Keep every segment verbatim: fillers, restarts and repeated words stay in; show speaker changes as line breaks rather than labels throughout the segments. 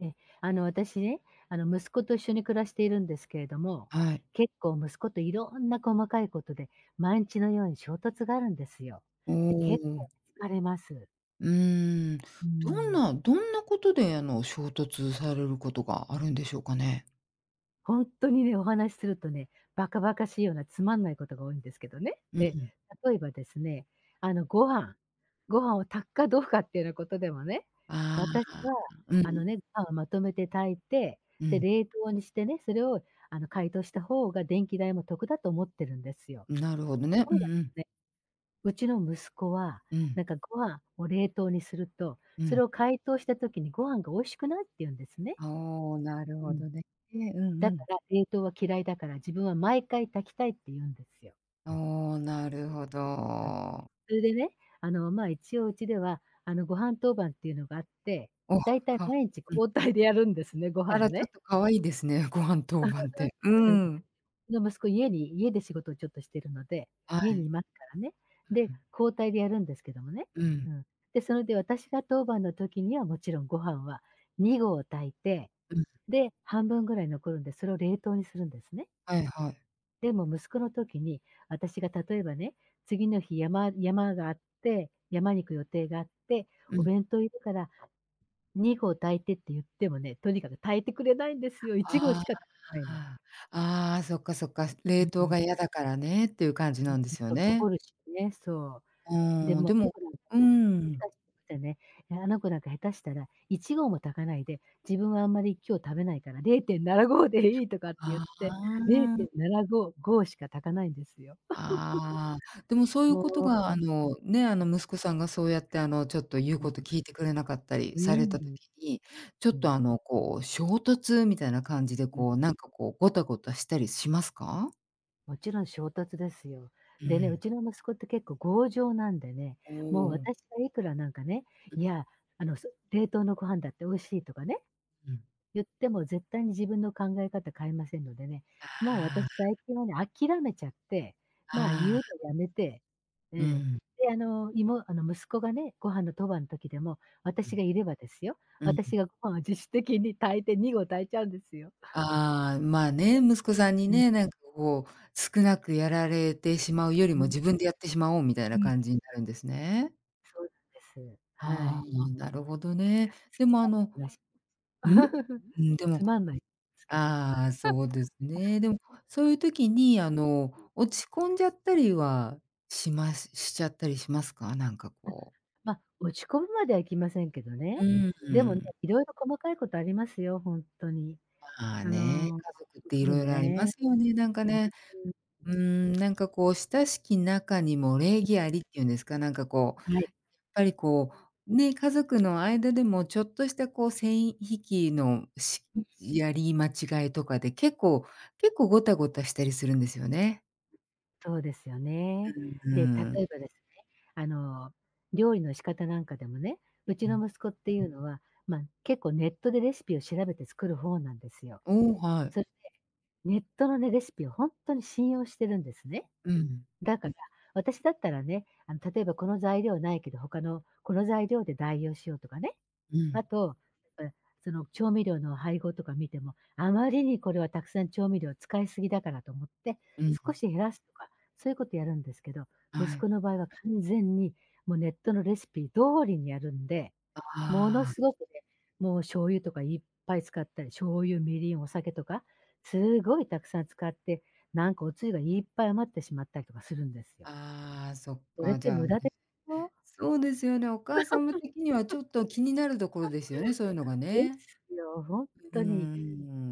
え、あの、私ね、あの、息子と一緒に暮らしているんですけれども、
はい。
結構息子といろんな細かいことで、毎日のように衝突があるんですよ。
お
で、
お、
結構
う
疲れます。
ーん。
う
どん
ん。
などんなことで、あの、衝突されることがあるんでしょうかね？
本当にね、お話しするとね、バカバカしいようなつまんないことが多いんですけどね。
う
ええ、
ん。
例えばですね、あの、ご飯ご飯を炊くかどうかっていうようなことでもね、
あ
私
あ、
は、
うんう
あ
ん、
のね、ご飯をまとめて炊いて、
う
で、
ん。
冷凍にしてね、それを、あの、解凍した方が電気代も得だと思ってるんですよ。
なるほど
と
ね。
こ
うん
ろがで
うん。
すね、うちの息子は、
う
な
ん、
んかご飯を冷凍にすると、
う
そ
ん。
れを解凍した時にご飯が美味しくないって言うんですね。
おお、なる
う
ほ
ん。
どね。うん
だ
う
か
ん。
ら冷凍は嫌いだから、自分は毎回炊きたいって言うんですよ。
おお、なるほど。
それでね、あの、まあ、一応うちでは、あの、ご飯当番っていうのがあって、
お、
だいたい
か
毎日
うん。
交代でやるんですね、ご
あ
飯
ら、ちょっ
ね。
と可愛いですね、ご飯当番って。う
うん。う
ん。
ちの息子家に家で仕事をちょっとしてるので、
は
家に
い。
いますからね。で、
うん。
交代でやるんですけどもね。
うん。
うん。で、それで私が当番の時にはもちろんご飯はに合炊いて、
うん。
で、半分ぐらい残るんで、それを冷凍にするんですね。
はいはい。
でも息子の時に、私が例えばね、次の日山山があって、山に行く予定があって、
う
お
ん。
弁当いるからに合炊いてって言ってもね、とにかく炊いてくれないんですよ。いち合
あ
し
あ。
か炊かないの。
ああ、ああ、そっかそっか、
う
冷
んう
凍
ん。
が嫌だからねっていう感じなんですよ
そう、残
ね。
るしね、そ
う
う。で
ん、
も、
で
あの
も
子なんか
う
ね、
ん。
下手してね、あの子なんか下手したらいち合も炊かないで、自分はあんまり今日食べないかられいてんななごでいいとかって言っ
あ
て、
あ、
れいてんななご、ごしか炊かないんですよ。
ああ、でもそういう
も
ことが
う、
あの、ね、あの息子さんがそうやってあのちょっと言う
う
こと
ん、
聞いてくれなかったり
う
され
ん、
た時に、ちょっ
うん。
とあのこう衝突みたいな感じで
うん、
こうなんかこうゴタゴタしたりしますか？
もちろん衝突ですよ。
う
でね、う
ん。
ちの息子って結構強情なんでね、
お
もう
お。
私がいくらなんかね、いや、あの、そ冷凍のご飯だって美味しいとかね、
うん。
言っても絶対に自分の考え方変えませんのでね、もう私
あ
最近はね、諦めちゃって、
あ、
まあ、言う
あ
の
あ、
やめて、え
うん、
え。
う
で、あの、いあの、息子がね、ご飯の当番の時でも、私
ん、
がいればですよ、
うん。
私がご飯を自主的に炊いてに合炊いちゃうんですよ。
ああ、まあね、息子さんに
うん、
ね、なんかこう、少なくやられてしまうより
う
も
ん、
自分でやってしまおうみたい
う
な
ん。
感じになるんですね。
そうなんです。は
あ
い。
あ、なるほどね。でもあの
らし
うん？うん、でも、
つまんないですけど。
ああ、そうですね。でも、そういう時にあの、落ち込んじゃったりはしますしちゃったりしますか？なんかこう。
まあ、落ち込むまではいきませんけどね。
う
でもね、
ん。
いろいろ細かいことありますよ、本当に。
まあ
あ
ね、
の、
家族ってい
他に
ろ
も
いろありま
ね。
すよ
う
ね、
ん。
なんかね。うーん、なんかこう、親しき中にも礼儀ありっていうんですか、なんかこう、やっ
はい。
ぱりこう、ね、家族の間でもちょっとしたこう、線引きのしやり間違いとかで、結構結構ゴタゴタしたりするんですよね。
そうですよ
う
ね。
ん、
で、例
うん。
えばですね、あの、料理の仕方なんかでもね、うちの息子っていうのは、まあ、結構ネットでレシピを調べて作る方なんですよ。
おお、はい。
それで、ネットのね、レシピを本当に信用してるんですね。
うん、
だから、私だったらね、あの、例えばこの材料ないけど、他のこの材料で代用しようとかね。
うん、
あと、えその調味料の配合とか見ても、あまりにこれはたくさん調味料使いすぎだからと思って、
うん。
少し減らすとか、そういうことやるんですけど、
は
息
い。
子の場合は完全にもうネットのレシピ通りにやるんでもの
あ
すごくね、もう醤油とかいっぱい使ったり、醤油、みりん、お酒とか、すごいたくさん使って、なんかおつゆがいっぱい余ってしまったりとかするんですよ。
あ、ああ、そっ
それっ
か、じ
て
ゃあ、
無駄でよ。
そうですよね、お母様的にはちょっと気になるところですよね、そういうのが
で
ね。
すよ、ほん
うー
とに。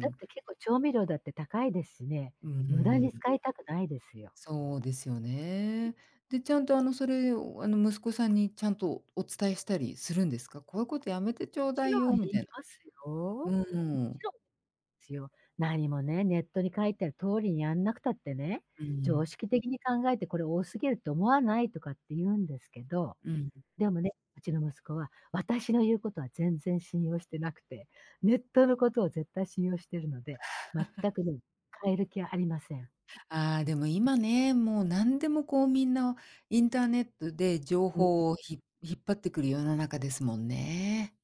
だって結構調味料だって高いですしね、
う
無駄
ー
に
ん。
使いたくないですよ。
そうですよね。で、ちゃんと、あの、それを、あの、息子さんにちゃんとお伝えしたりするんですか？こういうことやめてちょ
も
う
ち
だ
ろ
いよ
ん
み
言
た
い
いな。
ますよ。
う
もち
ん。
ろんですよ。何もね、ネットに書いてある通りにやんなくたってね、
う
常
ん。
識的に考えてこれ多すぎると思わないとかって言うんですけど
うん。
でもね、うちの息子は私の言うことは全然信用してなくて、ネットのことを絶対信用してるので、全くね、変える気はありません。
ああ、でも今ね、もう何でもこうみんなインターネットで情
うん。
報をひ引っ張ってくる世の中ですもんね。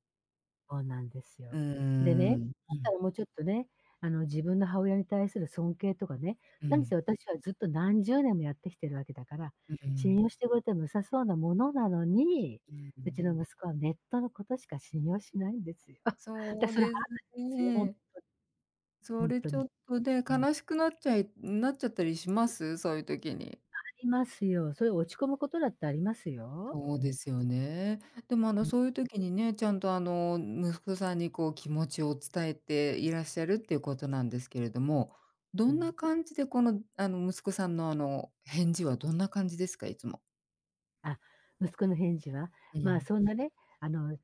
そうなんです
う
よ。
ー
でね、
ん。
だ
う
った
ん。
らもうちょっとね、あの、自分の母親に対する尊敬とかね、
う
何せ
ん。
私はずっと何十年もやってきてるわけだから、
う
信
ん。
用してくれても良さそうなものなのに、
うん。
うちの息子はネットのことしか信用しないんですよ。だ、
そう
それ
です
腹立ちますよ、ほん
ね。そ
ほん
れ
と
ちょ
に。
っとで、
うん。
悲しくなっちゃいなっちゃったりします？そういう時に。
いますよ。それ落ち込むことだってありますよ。
そう
う
で
ん、
すよね。でも、あ
う
の、
ん、
そういう時にね、ちゃんと、あの、息子さんに、こう、気持ちを伝えていらっしゃるっていうことなんですけれども、ど
う
んな
ん。
感じで、この、あの、息子さんの、あの、返事はどんな感じですか？いつも。
あ、息子の返事は、
う
まあ、
ん、
そんなね、あの、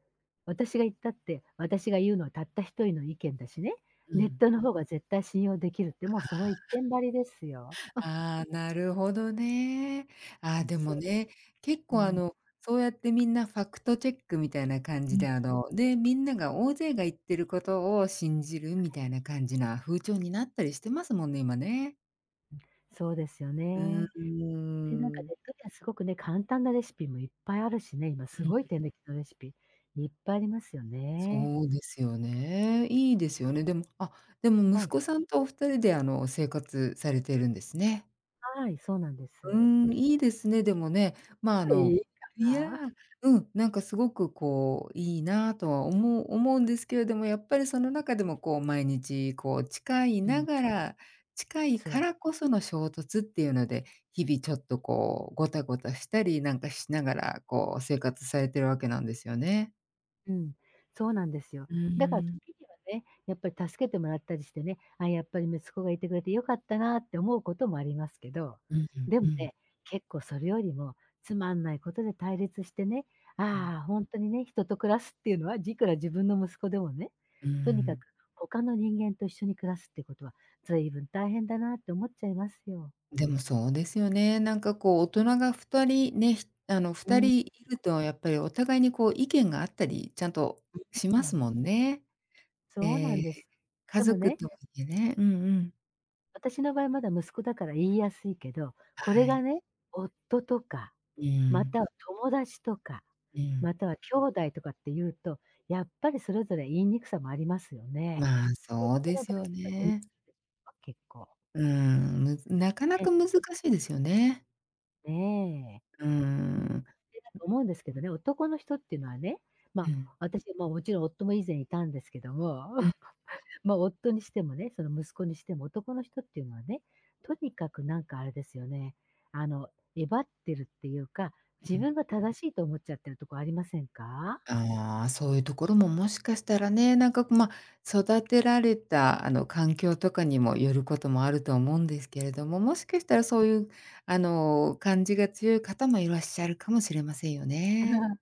私が言ったって、私が言うのはたった一人の意見だしね、
う
ネッ
ん。
トの方が絶対信用できるって、もうその 一点張りですよ。
ああ、なるほどね。あ
う
あ、
ん、
で
そ
も
う、
ね、結
う
構、あ
ん、
の、そうやってみんなファクトチェックみたいな感
う
じ
ん、
で、あの、で、みんなが大勢が言ってることを信じるみたいな感じな風潮になったりしてますもんね、今ね。
そうですよ
うー
ね。で、なんか
ん。
ネットではすごくね、簡単なレシピもいっぱいあるしね、今す
うん。
ごい手抜きのレシピ、いっぱいありますよね。
そうですよね。いいですよね。でも、あ、でも
は
息
い、
子さんとお二人で、あの、生活されてるんですね。
はい、そうなんです。
うーん、いいですね、でもね。まあ、あ
い
の、
いか
いや、
な。
うん、なんかすごくこう、いいなとは思う思うんですけれども、やっぱりその中でもこう、毎日こう、近い
う
な
ん、
がら近い
そ
か
う。
らこその衝突っていうので、日々ちょっとこう、ゴタゴタしたりなんかしながら、こう生活されてるわけなんですよね。
うん、そうなんですよ。
う
だから
ーん。
時にはね、やっぱり助けてもらったりしてね、あ、やっぱり息子がいてくれてよかったなって思うこともありますけど、
うんうん
で
う
も
ん
ね、結構それよりもつまんないことで対立してね、
うん。
ああ、本当にね、人と暮らすっていうのは、いくら自分の息子でもね、
うー
とにかく
ん。
他の人間と一緒に暮らすってことは、随分大変だなって思っちゃいますよ。
でもそうですよね。なんかこう大人がふたりね、ひあのふたりいるとやっぱりお互いにこう意見があったり、ちゃんとし
う
ます
ん、
もんね。
そうな
え
ん
え、
です。
家
でも
族
ね
とはいえね。うんうん。
私の場合まだ息子だから言いやすいけど、こ
は
れが
い。
ね、夫とか、
う
ま
ん、
たは友達とか、
うん。
または兄弟とかっていうと、やっぱりそれぞれ言いにくさもありますよね。
まあ、
夫
そうで
の
す
場
よ
合は言いにく
ね。
いですよ結構。
うーん、むずなかな
ね
か難しいですよね。
ねえ。
うーん。
で、なんか思うんですけどね、男の人っていうのはね、ま
う
あ、
ん。
私はまあ、もちろん夫も以前いたんですけども
うんう
まあ、夫にしてもね、その息子にしても、男の人っていうのはね、とにかくなんかあれですよね、あの、えばってるっていうか、自
ん。
分が正しいと思っちゃってるとこありませんか？
ああ、そういうところももしかしたらね、なんか、まあ、育てられた、あの、環境とかにもよることもあると思うんですけれども、もしかしたらそういう、あの、感じが強い方もいらっしゃるかもしれませんよ ね。
はい。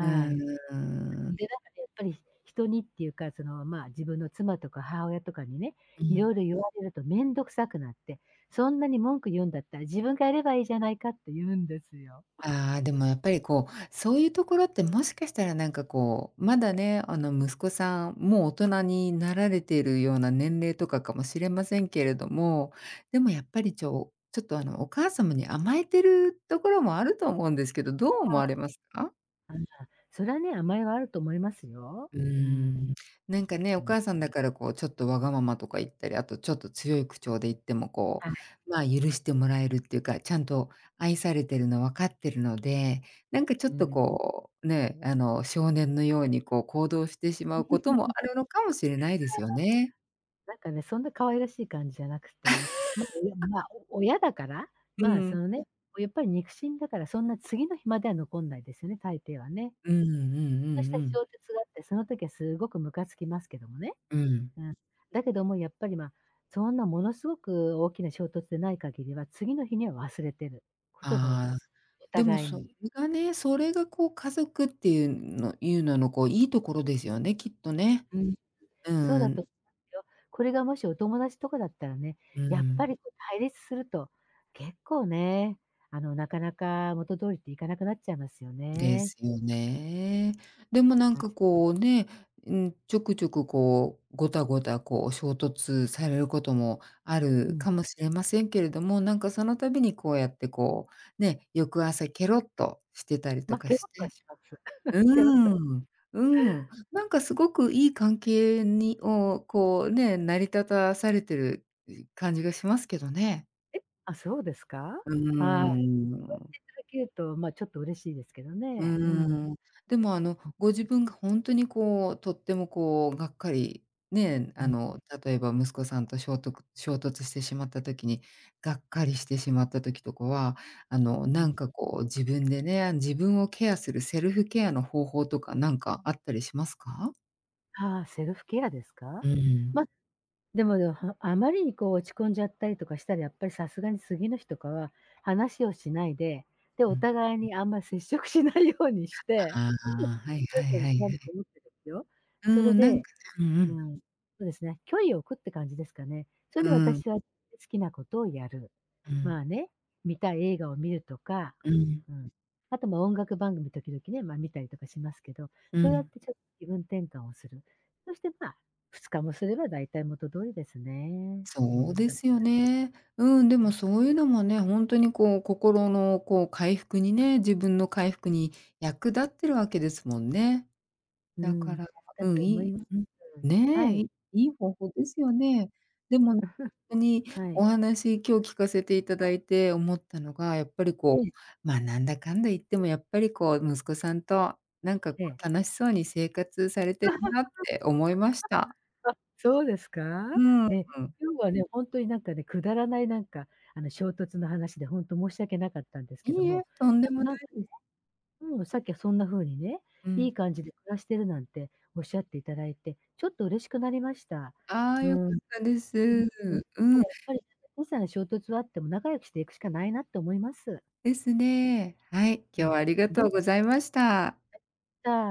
うん。
で、なんかね、やっぱり人にっていうか、その、まあ、自分の妻とか母親とかにね、
う
いろ
ん。
いろ言われると面倒くさくなって、そんなに文句言うんだったら自分がやればいいじゃないかって言うんですよ。
ああ、でもやっぱりこう、そういうところってもしかしたらなんかこう、まだね、あの息子さん、もう大人になられているような年齢とかかもしれませんけれども、でもやっぱりちょちょっとあのお母様に甘えてるところもあると思うんですけど、どう思
あ
われますか？
あ。あ、それはね、甘えはあると思いますよ。
うー
うん、
ん。なんかね、
う
お
ん。
母さんだからこうちょっとわがままとか言ったり、あとちょっと強い口調で言ってもこ
はい。
う、まあ、許してもらえるっていうか、ちゃんと愛されてるの分かってるので、なんかちょ
う
っと
ん。
こう、ね、あの、少年のようにこう行動してしまうこともあるのかもしれないですよね。
なんかね、そんな可愛らしい感じじゃなくてね、ま、親まあ、お親だから、
う
まあ、そ
ん。
のね、やっぱり肉親だから、そんな次の日までは残んないですよね、大抵はね。
うんうんう
そうし
ん
た
うん。
小説があって、その時はすごくムカつきますけどもね。
うん。
うん。だけどもやっぱり、ま、そんなものすごく大きな衝突でない限りは、次の日には忘れてることが多いで
ああ、
す。お
でも
互い
それ
に。
がね、それがこう家族っていうのいうののこういいところですよね、きっとね。
うん。
う
そうだと
ん。
思いますよ。これがもしお友達とかだったらね、
う
やっぱ
ん。
りこう対立すると、結構ね、あの、なかなか元通りっていかなくなっちゃいますよ
で
ね。
すよね。でもなん
はい。
かこうね、うん、ちょくちょくこう、ごたごたこう衝突されることもあ
う
る
ん。
かもしれませんけれども、なんかその度にこうやってこう、ね、翌朝ケロっとしてたりと
ま、
か
ケ
し
ロッとは
て、
します。
う
ケロッと。
ーん、うん、なんかすごくいい関係にをこうね、成り立たされてる感じがしますけどね。
え、あ、そうですか？
うー
はい。そう言ってい
ん。
ただけると、ま、ちょっと嬉しいですけど
う
ね。うん。
ーん。でもあの、ご自分がほんとにこう、とってもこう、がっかり、ね、
う
あ
ん、
の、例えば息子さんと衝突衝突してしまった時に、がっかりしてしまった時とかは、あの、
う
なん
ん、
かこう自分でね、自分をケアするセルフケアの方法とか
うん。
なんかあったりしますか？
ああ、セルフケアですか？
うん、
までもでも、はあまりにこう落ち込んじゃったりとかしたら、やっぱりさすがに次の日とかは話をしないで、で、
う
お
ん。
互いにあんまり接触しないようにして、
ああ、はいはい は い
なん
は
か
い。
思ってですよ。
うー
それ
ん、なん
で
かねうんう
う
ん。
ん、そうですね。距離を置くって感じですかね。そ
う
れで
ーん。
私は好きなことをやる。
うん、
まあね、見たい映画を見るとか、
うん、
うん。あとまあ音楽番組時々ね、まあ見たりとかしますけど、
う
そうやっ
ん。
てちょっと気分転換をする。そしてまあ、ふつかもすれば大体元通りですね。う
そう
ん、
で
だ
すよね。うん、でもそういうのもね、本当にこう、心のこう回復にね、自分の回復に役立ってるわけですもんね。
う
だか
ん、だ
ら、う
と
ん、
思
い
い
い
ます。
うん、
は
ねえ、
い、
いいい方法ですよね。でも、本当に
はい。
お話今日聞かせていただいて思ったのが、やっぱりこ
え
う、
え、
ま、なんだかんだ言ってもやっぱりこう、息子さんとなんかこ
ええ。
う楽しそうに生活されてるなって思いました。
あ、そうですか？
うん。
え、今日はね、ほんとになんかね、くだらないなんか、あの、衝突の話でほんと申し訳なかったんですけ
い
ど
い
も、
え、とんで
で
も
も
な
なん
い
うん、さっきはそんな風にね、
う
い
ん。
い感じで暮らしてるなんておっしゃっていただいて、ちょっと嬉しくなりました。
ああ、
う
良か
ーん、
ったです。
うん。だか
うん、
らやっぱり、ね小さな衝突はあっても仲良くしていくしかないなって思います。
ですね。はい、今
う
日
ん。
はありがと
ど
うございました。